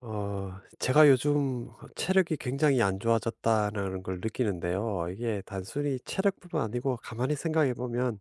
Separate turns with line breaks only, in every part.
제가 요즘 '체력이 굉장히 안 좋아졌다.'라는 걸 느끼는데요. 이게 단순히 체력뿐만 아니고 가만히 생각해 보면,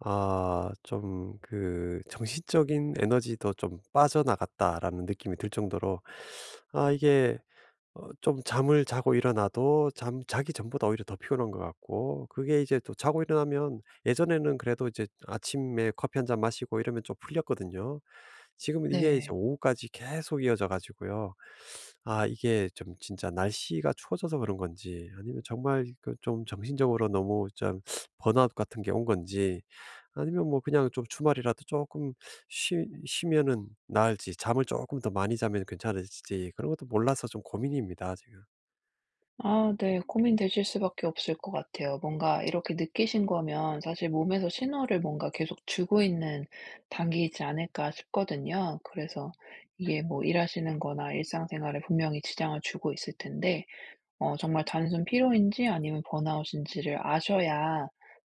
좀 그 '정신적인 에너지도 좀 빠져나갔다.'라는 느낌이 들 정도로, 아 이게 어 좀 잠을 자고 일어나도 잠 자기 전보다 오히려 더 피곤한 것 같고, 그게 이제 또 자고 일어나면, 예전에는 그래도 이제 아침에 커피 한잔 마시고 이러면 좀 풀렸거든요. 지금은 이게 이제
네.
오후까지 계속 이어져 가지고요. 이게 좀 진짜 날씨가 추워져서 그런 건지, 아니면 정말 그 좀 정신적으로 너무 좀 번아웃 같은 게 온 건지, 아니면 뭐 그냥 좀 주말이라도 조금 쉬 쉬면은 나을지, 잠을 조금 더 많이 자면 괜찮을지, 그런 것도 몰라서 좀 고민입니다 지금.
아 네. 고민되실 수밖에 없을 것 같아요. 뭔가 이렇게 느끼신 거면 사실 몸에서 신호를 뭔가 계속 주고 있는 단계이지 않을까 싶거든요. 그래서 이게 뭐 일하시는 거나 일상생활에 분명히 지장을 주고 있을 텐데 정말 단순 피로인지 아니면 번아웃인지를 아셔야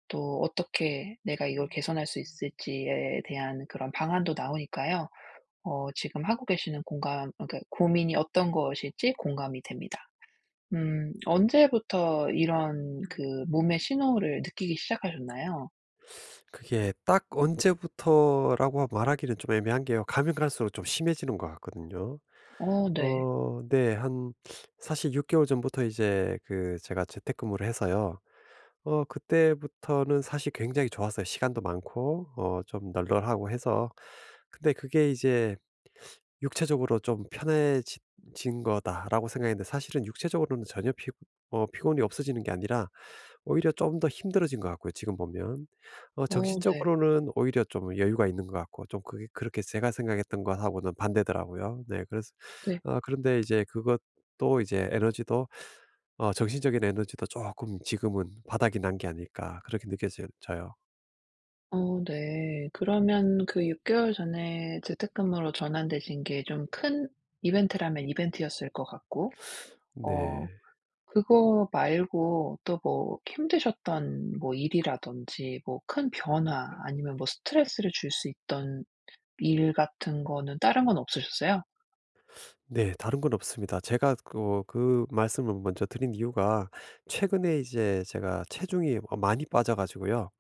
또 어떻게 내가 이걸 개선할 수 있을지에 대한 그런 방안도 나오니까요. 지금 하고 계시는 공감 아 그러니까 고민이 어떤 것일지 공감이 됩니다. 음. 언제부터 이런 그 몸의 신호를 느끼기 시작하셨나요?
그게 딱 언제부터라고 말하기는 좀 애매한 게요, 가면 갈수록 좀 심해지는 것 같거든요.
어 네.
네. 한, 사실 6 개월 전부터 이제 그 제가 재택근무를 해서요. 그때부터는 사실 굉장히 좋았어요. 시간도 많고 좀 널널하고 해서. 근데 그게 이제 '육체적으로 좀 편해진 거다.'라고 생각했는데, 사실은 육체적으로는 전혀 피어 피곤이 없어지는 게 아니라 오히려 좀 더 힘들어진 것 같고요 지금 보면.
어 네.
정신적으로는 오히려 좀 여유가 있는 것 같고, 좀 그게 그렇게 제가 생각했던 것하고는 반대더라고요. 네, 그래서
네.
그런데 이제 그것도 이제 에너지도, 정신적인 에너지도 조금 지금은 바닥이 난 게 아닐까, 그렇게 느껴져 요
어 네. 그러면 그 6개월 개월 전에 재택근무로 전환되신 게 좀 큰 이벤트라면 이벤트였을 것 같고
네.
어 그거 말고 또 뭐 힘드셨던 뭐 일이라든지 뭐 큰 변화 아니면 뭐 스트레스를 줄 수 있던 일 같은 거는 다른 건 없으셨어요?
네, 다른 건 없습니다. 제가 어 그그 말씀을 먼저 드린 이유가, 최근에 이제 제가 체중이 많이 빠져 가지고요.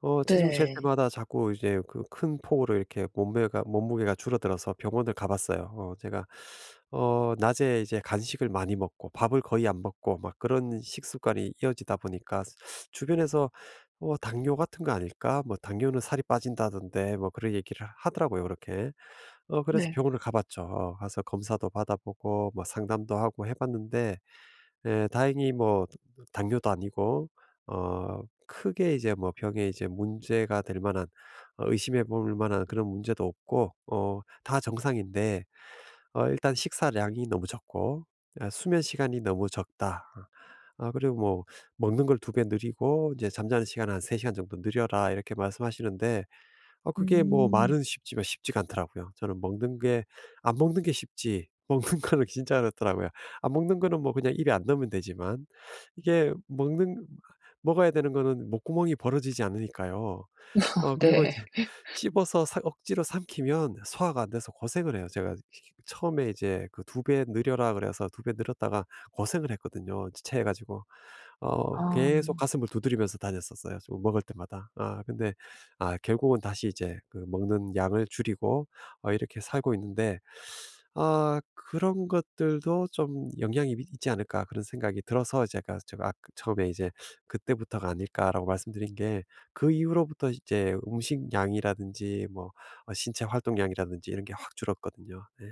체중 잴
네.
때마다 자꾸 이제 그 큰 폭으로 이렇게 몸매가 몸무게가 줄어들어서 병원을 가 봤어요. 어 제가 어 낮에 이제 간식을 많이 먹고 밥을 거의 안 먹고 막 그런 식습관이 이어지다 보니까, 주변에서 "어 당뇨 같은 거 아닐까? 뭐 당뇨는 살이 빠진다던데." 뭐 그런 얘기를 하더라고요 그렇게. 그래서
네.
병원을 가 봤죠. 가서 검사도 받아 보고 뭐 상담도 하고 해 봤는데, 예 다행히 뭐 당뇨도 아니고, 어 크게 이제 뭐 병에 이제 문제가 될 만한, 의심해 볼 만한 그런 문제도 없고, 다 정상인데, 일단 식사량이 너무 적고, 수면 시간이 너무 적다. 그리고 뭐 "먹는 걸 2 배 늘이고 이제 잠자는 시간 한 3 시간 정도 늘려라." 이렇게 말씀하시는데, 그게 뭐
음.
말은 쉽지만 쉽지가 않더라고요. 저는 먹는 게, 안 먹는 게 쉽지 먹는 거는 진짜 어렵더라고요. 안 먹는 거는 뭐 그냥 입에 안 넣으면 되지만, 이게 먹는 먹어야 되는 거는 목구멍이 벌어지지 않으니까요. 그리고 이제
네.
씹어서 사 억지로 삼키면 소화가 안 돼서 고생을 해요. 제가 처음에 이제 그 두 배 늘려라 그래서 두 배 늘었다가 고생을 했거든요, 체해 가지고.
아
계속 가슴을 두드리면서 다녔었어요 저 먹을 때마다. 근데 결국은 다시 이제 그 먹는 양을 줄이고 이렇게 살고 있는데, 그런 것들도 좀 영향이 미 있지 않을까, 그런 생각이 들어서 제가 제가 아 그 처음에 이제 '그때부터가 아닐까.'라고 말씀드린 게, 그 이후로부터 이제 음식량이라든지 뭐 신체 활동량이라든지 이런 게 확 줄었거든요. 네.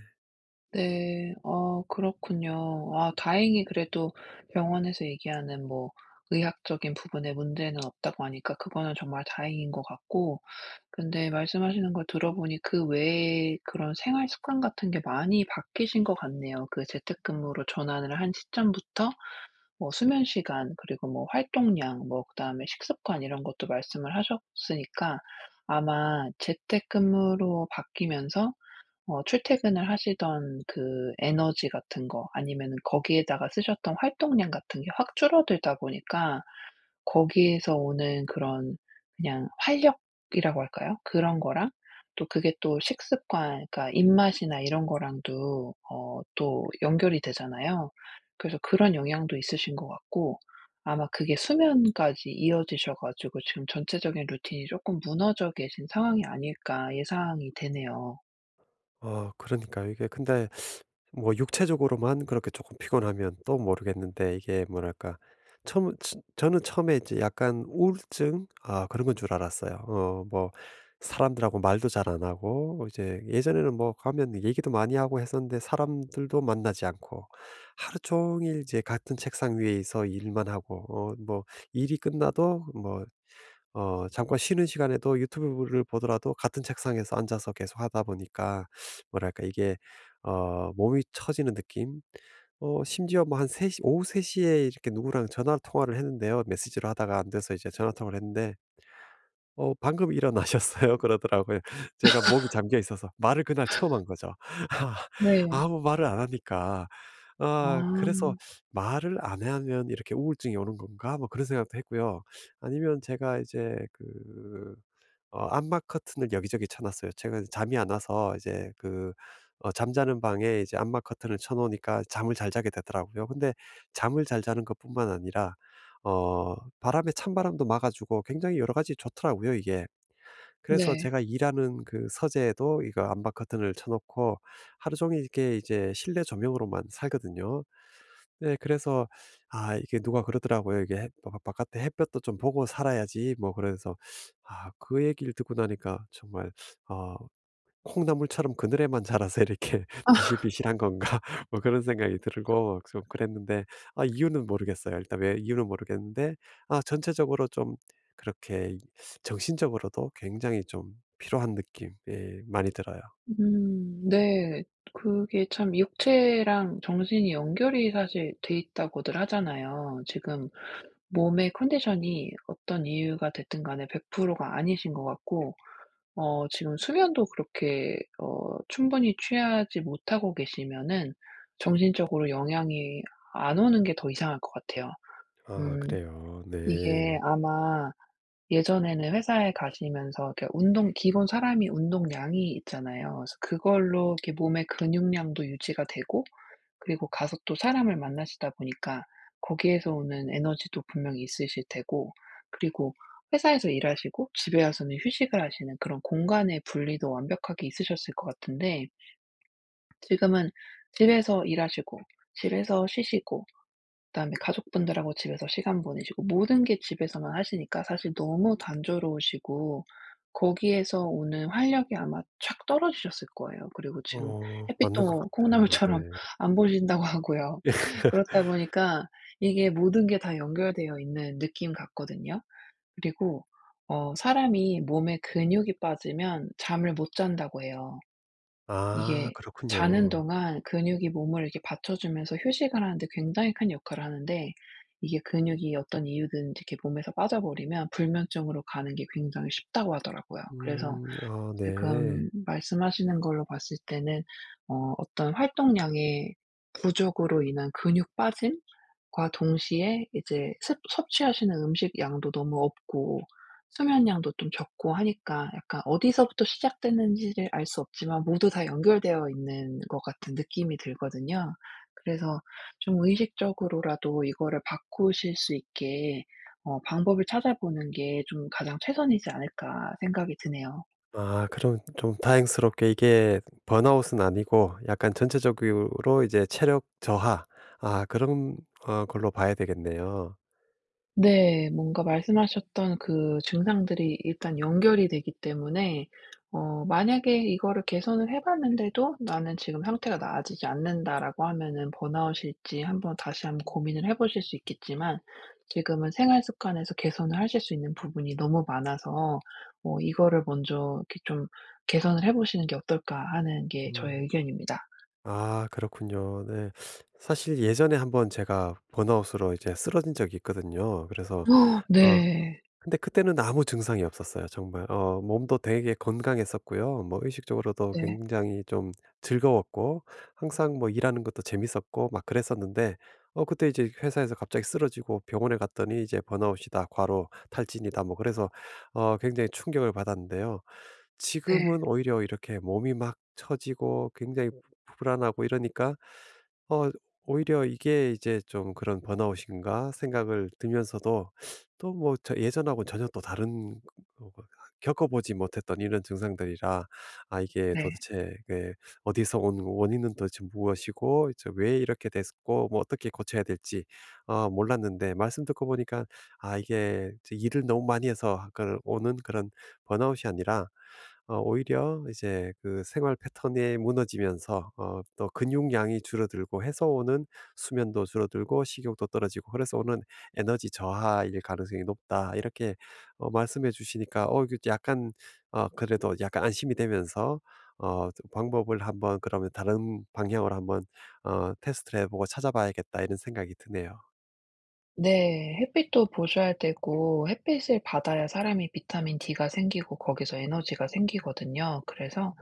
네. 그렇군요. 아 다행히 그래도 병원에서 얘기하는 뭐 의학적인 부분에 문제는 없다고 하니까 그거는 정말 다행인 것 같고, 근데 말씀하시는 걸 들어보니 그 외에 그런 생활 습관 같은 게 많이 바뀌신 것 같네요. 그 재택근무로 전환을 한 시점부터 뭐 수면 시간, 그리고 뭐 활동량, 뭐 그다음에 식습관 이런 것도 말씀을 하셨으니까 아마 재택근무로 바뀌면서 출퇴근을 하시던 그 에너지 같은 거 아니면은 거기에다가 쓰셨던 활동량 같은 게 확 줄어들다 보니까 거기에서 오는 그런, 그냥 활력이라고 할까요? 그런 거랑 또 그게 또 식습관, 그러니까 입맛이나 이런 거랑도 또 연결이 되잖아요. 그래서 그런 영향도 있으신 것 같고, 아마 그게 수면까지 이어지셔 가지고 지금 전체적인 루틴이 조금 무너져 계신 상황이 아닐까 예상이 되네요.
그러니까요. 이게 근데 뭐 육체적으로만 그렇게 조금 피곤하면 또 모르겠는데, 이게 뭐랄까, 저는 처음에 이제 약간 우울증, 그런 건 줄 알았어요. 뭐 사람들하고 말도 잘 안 하고, 이제 예전에는 뭐 가면 얘기도 많이 하고 했었는데, 사람들도 만나지 않고 하루 종일 이제 같은 책상 위에서 일만 하고, 뭐 일이 끝나도 뭐 잠깐 쉬는 시간에도 유튜브를 보더라도 같은 책상에서 앉아서 계속 하다 보니까, 뭐랄까 이게 몸이 처지는 느낌? 심지어 뭐 한 3시 오후 3 시에 이렇게 누구랑 전화 통화를 했는데요. 메시지로 하다가 안 돼서 이제 전화 통화를 했는데, "방금 일어나셨어요." 그러더라고요. 제가 목이 잠겨 있어서 말을 그날 처음 한 거죠.
네.
아무 말을 안 하니까. 그래서
아
'말을 안 하면 이렇게 우울증이 오는 건가?' 뭐 그런 생각도 했고요. 아니면 제가 이제 암막 커튼을 여기저기 쳐 놨어요. 제가 잠이 안 와서 이제 잠자는 방에 이제 암막 커튼을 쳐 놓으니까 잠을 잘 자게 되더라고요. 근데 잠을 잘 자는 것뿐만 아니라 바람에 찬바람도 막아 주고 굉장히 여러 가지 좋더라고요 이게. 그래서
네.
제가 일하는 그 서재에도 이거 암박 커튼을 쳐 놓고 하루 종일 이렇게 이제 실내 조명으로만 살거든요. 네, 그래서 이게 누가 그러더라고요. 이게 햇 바 바깥에 햇볕도 좀 보고 살아야지 뭐, 그래서 그 얘기를 듣고 나니까 정말 어 '콩나물처럼 그늘에만 자라서 이렇게 비실비실한 건가?' 뭐 그런 생각이 들고 좀 그랬는데, 이유는 모르겠어요. 일단 왜 이유는 모르겠는데 전체적으로 좀 그렇게 정신적으로도 굉장히 좀 피로한 느낌 예 많이 들어요.
네. 그게 참 육체랑 정신이 연결이 사실 돼 있다고들 하잖아요. 지금 몸의 컨디션이 어떤 이유가 됐든 간에 100%가 아니신 것 같고, 지금 수면도 그렇게 충분히 취하지 못하고 계시면은 정신적으로 영향이 안 오는 게 더 이상할 것 같아요. 음.
그래요. 네.
이게 아마 예전에는 회사에 가시면서 이렇게 운동 기본 사람이 운동량이 있잖아요. 그래서 그걸로 이렇게 몸의 근육량도 유지가 되고, 그리고 가서 또 사람을 만나시다 보니까 거기에서 오는 에너지도 분명히 있으실 테고. 그리고 회사에서 일하시고 집에 와서는 휴식을 하시는 그런 공간의 분리도 완벽하게 있으셨을 것 같은데 지금은 집에서 일하시고, 집에서 쉬시고, 그다음에 가족분들하고 집에서 시간 보내시고, 모든 게 집에서만 하시니까 사실 너무 단조로우시고 거기에서 오는 활력이 아마 착 떨어지셨을 거예요. 그리고 지금
맞는 것
햇빛도
같아요. 네.
콩나물처럼 안 보신다고 하고요. 그렇다 보니까 이게 모든 게 다 연결되어 있는 느낌 같거든요. 그리고 사람이 몸에 근육이 빠지면 잠을 못 잔다고 해요.
아,
이게 자는
그렇군요.
동안 근육이 몸을 이렇게 받쳐주면서 휴식을 하는데 굉장히 큰 역할을 하는데, 이게 근육이 어떤 이유든 이렇게 몸에서 빠져버리면 불면증으로 가는 게 굉장히 쉽다고 하더라고요. 그래서
음. 아,
지금
네.
말씀하시는 걸로 봤을 때는 어떤 활동량의 부족으로 인한 근육 빠짐? 과 동시에 이제 습 섭취하시는 음식 양도 너무 없고 수면 양도 좀 적고 하니까 약간 어디서부터 시작됐는지를 알 수 없지만 모두 다 연결되어 있는 것 같은 느낌이 들거든요. 그래서 좀 의식적으로라도 이거를 바꾸실 수 있게 방법을 찾아보는 게 좀 가장 최선이지 않을까 생각이 드네요.
그럼 좀 다행스럽게 이게 번아웃은 아니고 약간 전체적으로 이제 체력 저하, 아 그런 어 걸로 봐야 되겠네요.
네. 뭔가 말씀하셨던 그 증상들이 일단 연결이 되기 때문에 만약에 이거를 개선을 해 봤는데도 '나는 지금 상태가 나아지지 않는다.'라고 하면은 번아웃일지 한번 다시 한번 고민을 해 보실 수 있겠지만, 지금은 생활 습관에서 개선을 하실 수 있는 부분이 너무 많아서 '이거를 먼저 이렇게 좀 개선을 해 보시는 게 어떨까.' 하는 게 저의
음.
의견입니다.
아, 그렇군요. 네. 사실 예전에 한번 제가 번아웃으로 이제 쓰러진 적이 있거든요. 그래서 어
네.
근데 그때는 아무 증상이 없었어요. 정말 몸도 되게 건강했었고요. 뭐 의식적으로도
네.
굉장히 좀 즐거웠고, 항상 뭐 일하는 것도 재밌었고 막 그랬었는데, 그때 이제 회사에서 갑자기 쓰러지고 병원에 갔더니 이제 번아웃이다 과로 탈진이다 뭐, 그래서 굉장히 충격을 받았는데요.
네.
지금은 오히려 이렇게 몸이 막 처지고 굉장히, 네, 불안하고 이러니까 어 오히려 이게 이제 좀 그런 '번아웃인가?' 생각을 들면서도, 또 뭐 예전하고 전혀 또 다른 어 그 겪어보지 못했던 이런 증상들이라, 이게
네.
도대체 이게 어디서 온, 원인은 도대체 무엇이고, 이제 왜 이렇게 됐고, 뭐 어떻게 고쳐야 될지' 몰랐는데, 말씀 듣고 보니까 이게 이제 일을 너무 많이 해서 그런 오는 그런 번아웃이 아니라 오히려 이제 그 생활 패턴이 무너지면서 또 근육량이 줄어들고 해서 오는, 수면도 줄어들고 식욕도 떨어지고 그래서 오는 에너지 저하일 가능성이 높다. 이렇게 말씀해 주시니까 이게 약간, 그래도 약간 안심이 되면서 좀 방법을 한번 그러면 다른 방향으로 한번 테스트를 해 보고 찾아봐야겠다, 이런 생각이 드네요.
네. 햇빛도 보셔야 되고, 햇빛을 받아야 사람이 비타민 D가 생기고 거기서 에너지가 생기거든요. 그래서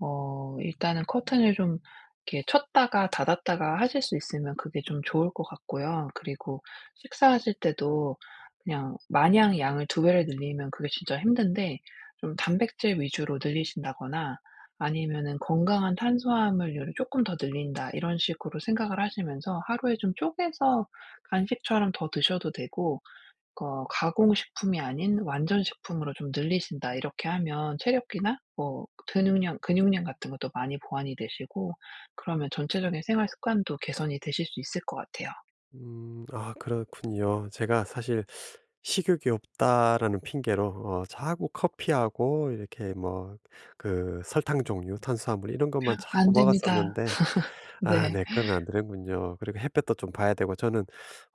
일단은 커튼을 좀 이렇게 쳤다가 닫았다가 하실 수 있으면 그게 좀 좋을 것 같고요. 그리고 식사하실 때도 그냥 마냥 양을 두 배를 늘리면 그게 진짜 힘든데 좀 단백질 위주로 늘리신다거나, 아니면은 '건강한 탄수화물류를 조금 더 늘린다.' 이런 식으로 생각을 하시면서 하루에 좀 쪼개서 간식처럼 더 드셔도 되고, '가공식품이 아닌 완전 식품으로 좀 늘리신다.' 이렇게 하면 체력이나 뭐 근육량 같은 것도 많이 보완이 되시고, 그러면 전체적인 생활 습관도 개선이 되실 수 있을 것 같아요.
음. 아, 그렇군요. 제가 사실 식욕이 없다라는 핑계로 자꾸 커피하고 이렇게 뭐 그 설탕 종류, 탄수화물 이런 것만 자꾸
안 됩니다.
먹었었는데, 아
네.
네, 그러면 안 되는군요. 그리고 햇볕도 좀 봐야 되고, 저는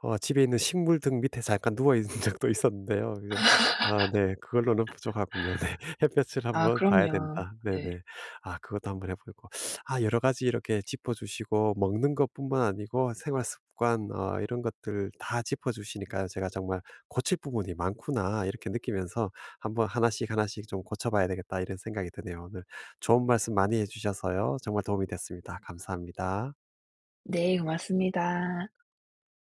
집에 있는 식물 등 밑에 잠깐 누워 있는 적도 있었는데요. 그냥, 아 네, 그걸로는 부족하군요. 네. '햇볕을
아
한번 봐야
그럼요.
된다.'
네.
네네. 그것도 한번 해 보고, 아 여러 가지 이렇게 짚어 주시고, 먹는 것뿐만 아니고 생활 습관 이런 것들 다 짚어 주시니까요, 제가 정말 '고칠 부분이 많구나.' 이렇게 느끼면서 '한번 하나씩, 하나씩 좀 고쳐봐야 되겠다.' 이런 생각이 드네요. 오늘 좋은 말씀 많이 해 주셔서요. 정말 도움이 됐습니다. 감사합니다.
네. 고맙습니다.